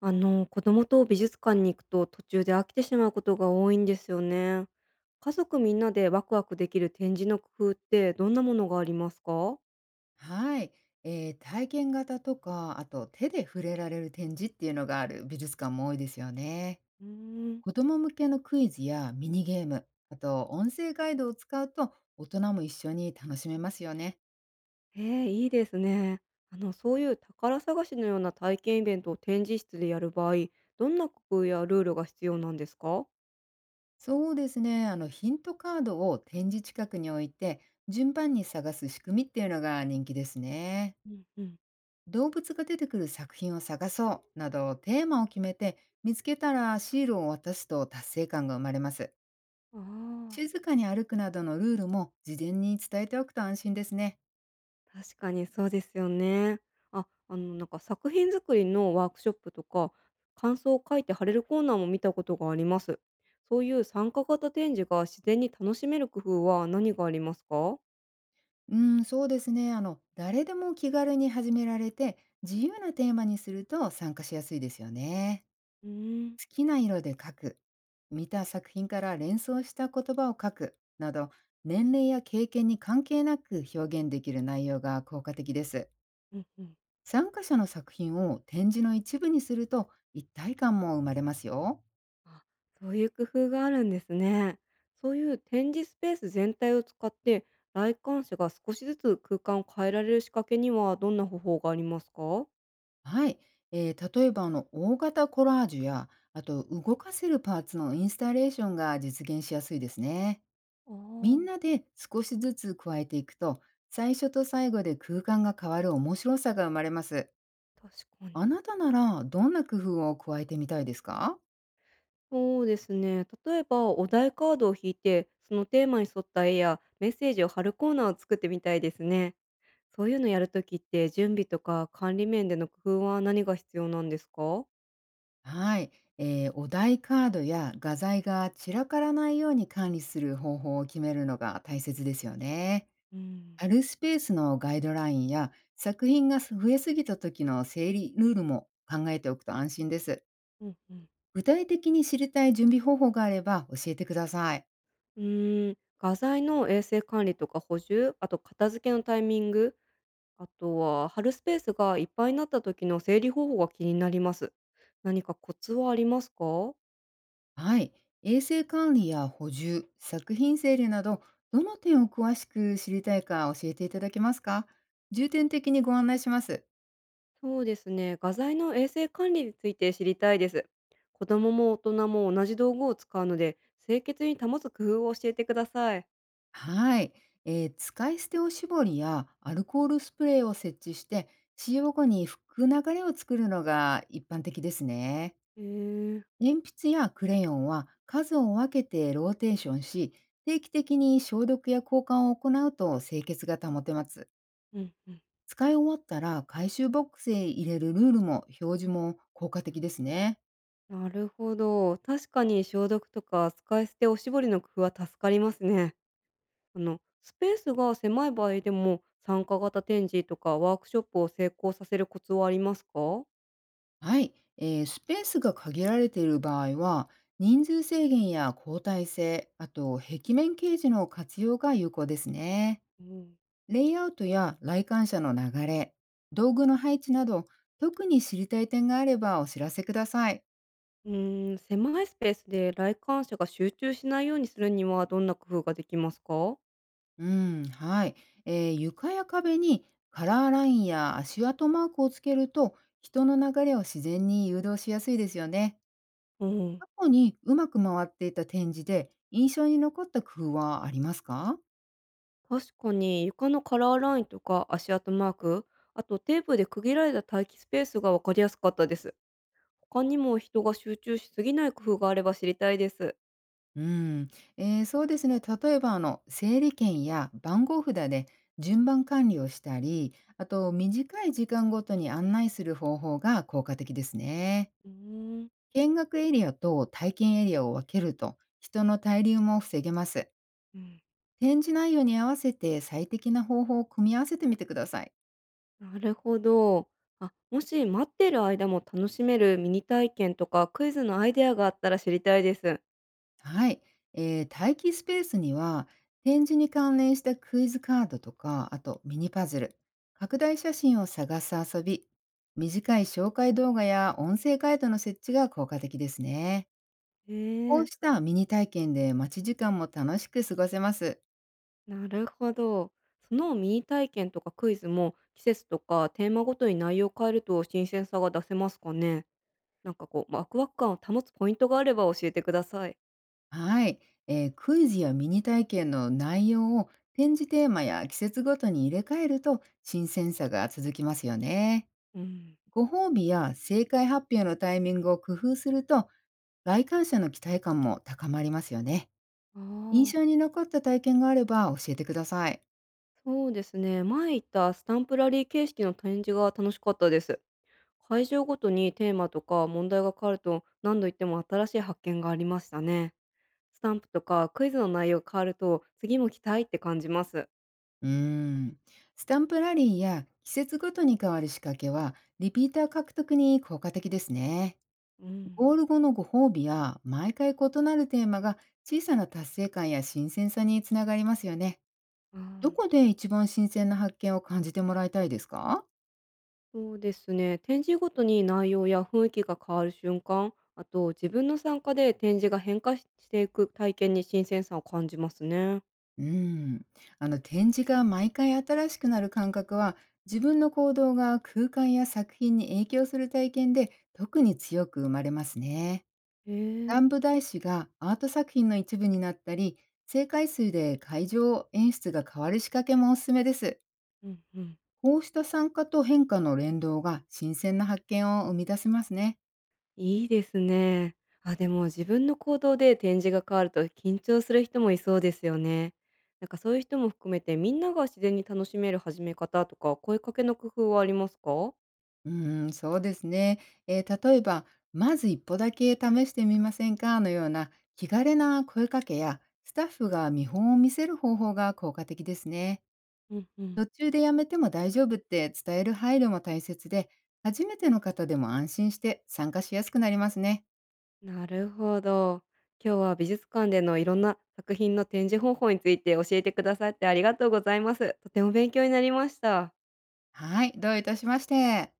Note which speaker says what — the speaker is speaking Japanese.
Speaker 1: 子供と美術館に行くと途中で飽きてしまうことが多いんですよね。家族みんなでワクワクできる展示の工夫ってどんなものがありますか？
Speaker 2: はい、体験型とか、あと手で触れられる展示っていうのがある美術館も多いですよね。
Speaker 1: うーん。
Speaker 2: 子供向けのクイズやミニゲーム、あと音声ガイドを使うと大人も一緒に楽しめますよね。
Speaker 1: ええ、いいですね。そういう宝探しのような体験イベントを展示室でやる場合、どんな工夫やルールが必要なんですか？
Speaker 2: そうですね、ヒントカードを展示近くに置いて、順番に探す仕組みっていうのが人気ですね。
Speaker 1: うんうん。
Speaker 2: 動物が出てくる作品を探そうなどテーマを決めて、見つけたらシールを渡すと達成感が生まれます。
Speaker 1: ああ。
Speaker 2: 静かに歩くなどのルールも事前に伝えておくと安心ですね。
Speaker 1: 確かにそうですよね。なんか作品作りのワークショップとか、感想を書いて貼れるコーナーも見たことがあります。そういう参加型展示が自然に楽しめる工夫は何がありますか？
Speaker 2: うん、そうですね。誰でも気軽に始められて、自由なテーマにすると参加しやすいですよね。
Speaker 1: うーん。
Speaker 2: 好きな色で描く、見た作品から連想した言葉を書くなど、年齢や経験に関係なく表現できる内容が効果的です。
Speaker 1: うんうん。
Speaker 2: 参加者の作品を展示の一部にすると一体感も生まれますよ。
Speaker 1: あ、そういう工夫があるんですね。そういう展示スペース全体を使って来館者が少しずつ空間を変えられる仕掛けにはどんな方法がありますか？
Speaker 2: はい、例えば大型コラージュや、あと動かせるパーツのインスタレーションが実現しやすいですね。
Speaker 1: ああ
Speaker 2: みんな
Speaker 1: ー。
Speaker 2: で少しずつ加えていくと、最初と最後で空間が変わる面白さが生まれます。
Speaker 1: 確かに。
Speaker 2: あなたならどんな工夫を加えてみたいですか？
Speaker 1: そうですね。例えばお題カードを引いて、そのテーマに沿った絵やメッセージを貼るコーナーを作ってみたいですね。そういうのやるときって準備とか管理面での工夫は何が必要なんですか？
Speaker 2: はい、お題カードや画材が散らからないように管理する方法を決めるのが大切ですよね。
Speaker 1: うん、
Speaker 2: あるスペースのガイドラインや、作品が増えすぎた時の整理ルールも考えておくと安心です。
Speaker 1: うんうん、
Speaker 2: 具体的に知りたい準備方法があれば教えてください。
Speaker 1: うーん、画材の衛生管理とか補充、あと片付けのタイミング、あとは貼るスペースがいっぱいになった時の整理方法が気になります。何かコツはありますか？
Speaker 2: はい。衛生管理や補充、作品整理など、どの点を詳しく知りたいか教えていただけますか？重点的にご案内します。
Speaker 1: そうですね。画材の衛生管理について知りたいです。子供も大人も同じ道具を使うので、清潔に保つ工夫を教えてください。
Speaker 2: はい。使い捨ておしぼりやアルコールスプレーを設置して、使用後に拭く流れを作るのが一般的ですね。
Speaker 1: えー、
Speaker 2: 鉛筆やクレヨンは数を分けてローテーションし、定期的に消毒や交換を行うと清潔が保てます。
Speaker 1: うんうん。
Speaker 2: 使い終わったら回収ボックスへ入れるルールも表示も効果的ですね。
Speaker 1: なるほど。確かに消毒とか使い捨ておしぼりの工夫は助かりますね。スペースが狭い場合でも、参加型展示とかワークショップを成功させるコツはありますか？
Speaker 2: はい、スペースが限られている場合は、人数制限や交代制、あと壁面掲示の活用が有効ですね。
Speaker 1: うん、
Speaker 2: レイアウトや来館者の流れ、道具の配置など、特に知りたい点があればお知らせください。
Speaker 1: うーん、狭いスペースで来館者が集中しないようにするにはどんな工夫ができますか？
Speaker 2: うん、はい。床や壁にカラーラインや足跡マークをつけると、人の流れを自然に誘導しやすいですよね。
Speaker 1: うん。
Speaker 2: 過去にうまく回っていた展示で印象に残った工夫はありますか？
Speaker 1: 確かに床のカラーラインとか足跡マーク、あとテープで区切られた待機スペースが分かりやすかったです。他にも人が集中しすぎない工夫があれば知りたいです。
Speaker 2: うん、そうですね。例えば、整理券や番号札で順番管理をしたり、あと、短い時間ごとに案内する方法が効果的ですね。
Speaker 1: うーん、
Speaker 2: 見学エリアと体験エリアを分けると、人の滞留も防げます。
Speaker 1: うん、
Speaker 2: 展示内容に合わせて最適な方法を組み合わせてみてください。
Speaker 1: なるほど。あ、もし待ってる間も楽しめるミニ体験とかクイズのアイデアがあったら知りたいです。
Speaker 2: はい。待機スペースには、展示に関連したクイズカードとか、あとミニパズル、拡大写真を探す遊び、短い紹介動画や音声ガイドの設置が効果的ですね。
Speaker 1: へ
Speaker 2: こう
Speaker 1: え、
Speaker 2: したミニ体験で待ち時間も楽しく過ごせます。
Speaker 1: なるほど。そのミニ体験とかクイズも季節とかテーマごとに内容を変えると新鮮さが出せますかね。なんかこう、ワクワク感を保つポイントがあれば教えてください。
Speaker 2: はい。クイズやミニ体験の内容を展示テーマや季節ごとに入れ替えると、新鮮さが続きますよね。
Speaker 1: うん。
Speaker 2: ご褒美や正解発表のタイミングを工夫すると、来館者の期待感も高まりますよね。
Speaker 1: あ
Speaker 2: 印
Speaker 1: あ、
Speaker 2: 象に残った体験があれば教えてください。
Speaker 1: そうですね。前行ったスタンプラリー形式の展示が楽しかったです。会場ごとにテーマとか問題が変わると何度言っても新しい発見がありましたね。スタンプとかクイズの内容が変わると次も期待って感じます。
Speaker 2: うーん。スタンプラリーや季節ごとに変わる仕掛けは、リピーター獲得に効果的ですね。
Speaker 1: う
Speaker 2: ゴ
Speaker 1: ん。
Speaker 2: ール後のご褒美や、毎回異なるテーマが、小さな達成感や新鮮さにつながりますよね。
Speaker 1: あ
Speaker 2: ど
Speaker 1: あ、
Speaker 2: こで一番新鮮な発見を感じてもらいたいですか？
Speaker 1: そうですね。展示ごとに内容や雰囲気が変わる瞬間、あと自分の参加で展示が変化ししていく体験に新鮮さを感じますね。
Speaker 2: うーん、展示が毎回新しくなる感覚は、自分の行動が空間や作品に影響する体験で特に強く生まれますね。
Speaker 1: へ
Speaker 2: スタ
Speaker 1: え、
Speaker 2: ンプ台紙がアート作品の一部になったり、正解数で会場演出が変わる仕掛けもおすすめです。
Speaker 1: うんうん。
Speaker 2: こうした参加と変化の連動が新鮮な発見を生み出せますね。
Speaker 1: いいですね。あ、でも自分の行動で展示が変わると緊張する人もいそうですよね。なんかそういう人も含めてみんなが自然に楽しめる始め方とか声かけの工夫はありますか？
Speaker 2: うーん、そうですね。例えば、「まず一歩だけ試してみませんか」のような気軽な声かけや、スタッフが見本を見せる方法が効果的ですね。
Speaker 1: うんうん。
Speaker 2: 途中でやめても大丈夫って伝える配慮も大切で、初めての方でも安心して参加しやすくなりますね。
Speaker 1: なるほど。今日は美術館でのいろんな作品の展示方法について教えてくださってありがとうございます。とても勉強になりました。
Speaker 2: はい、どういたしまして。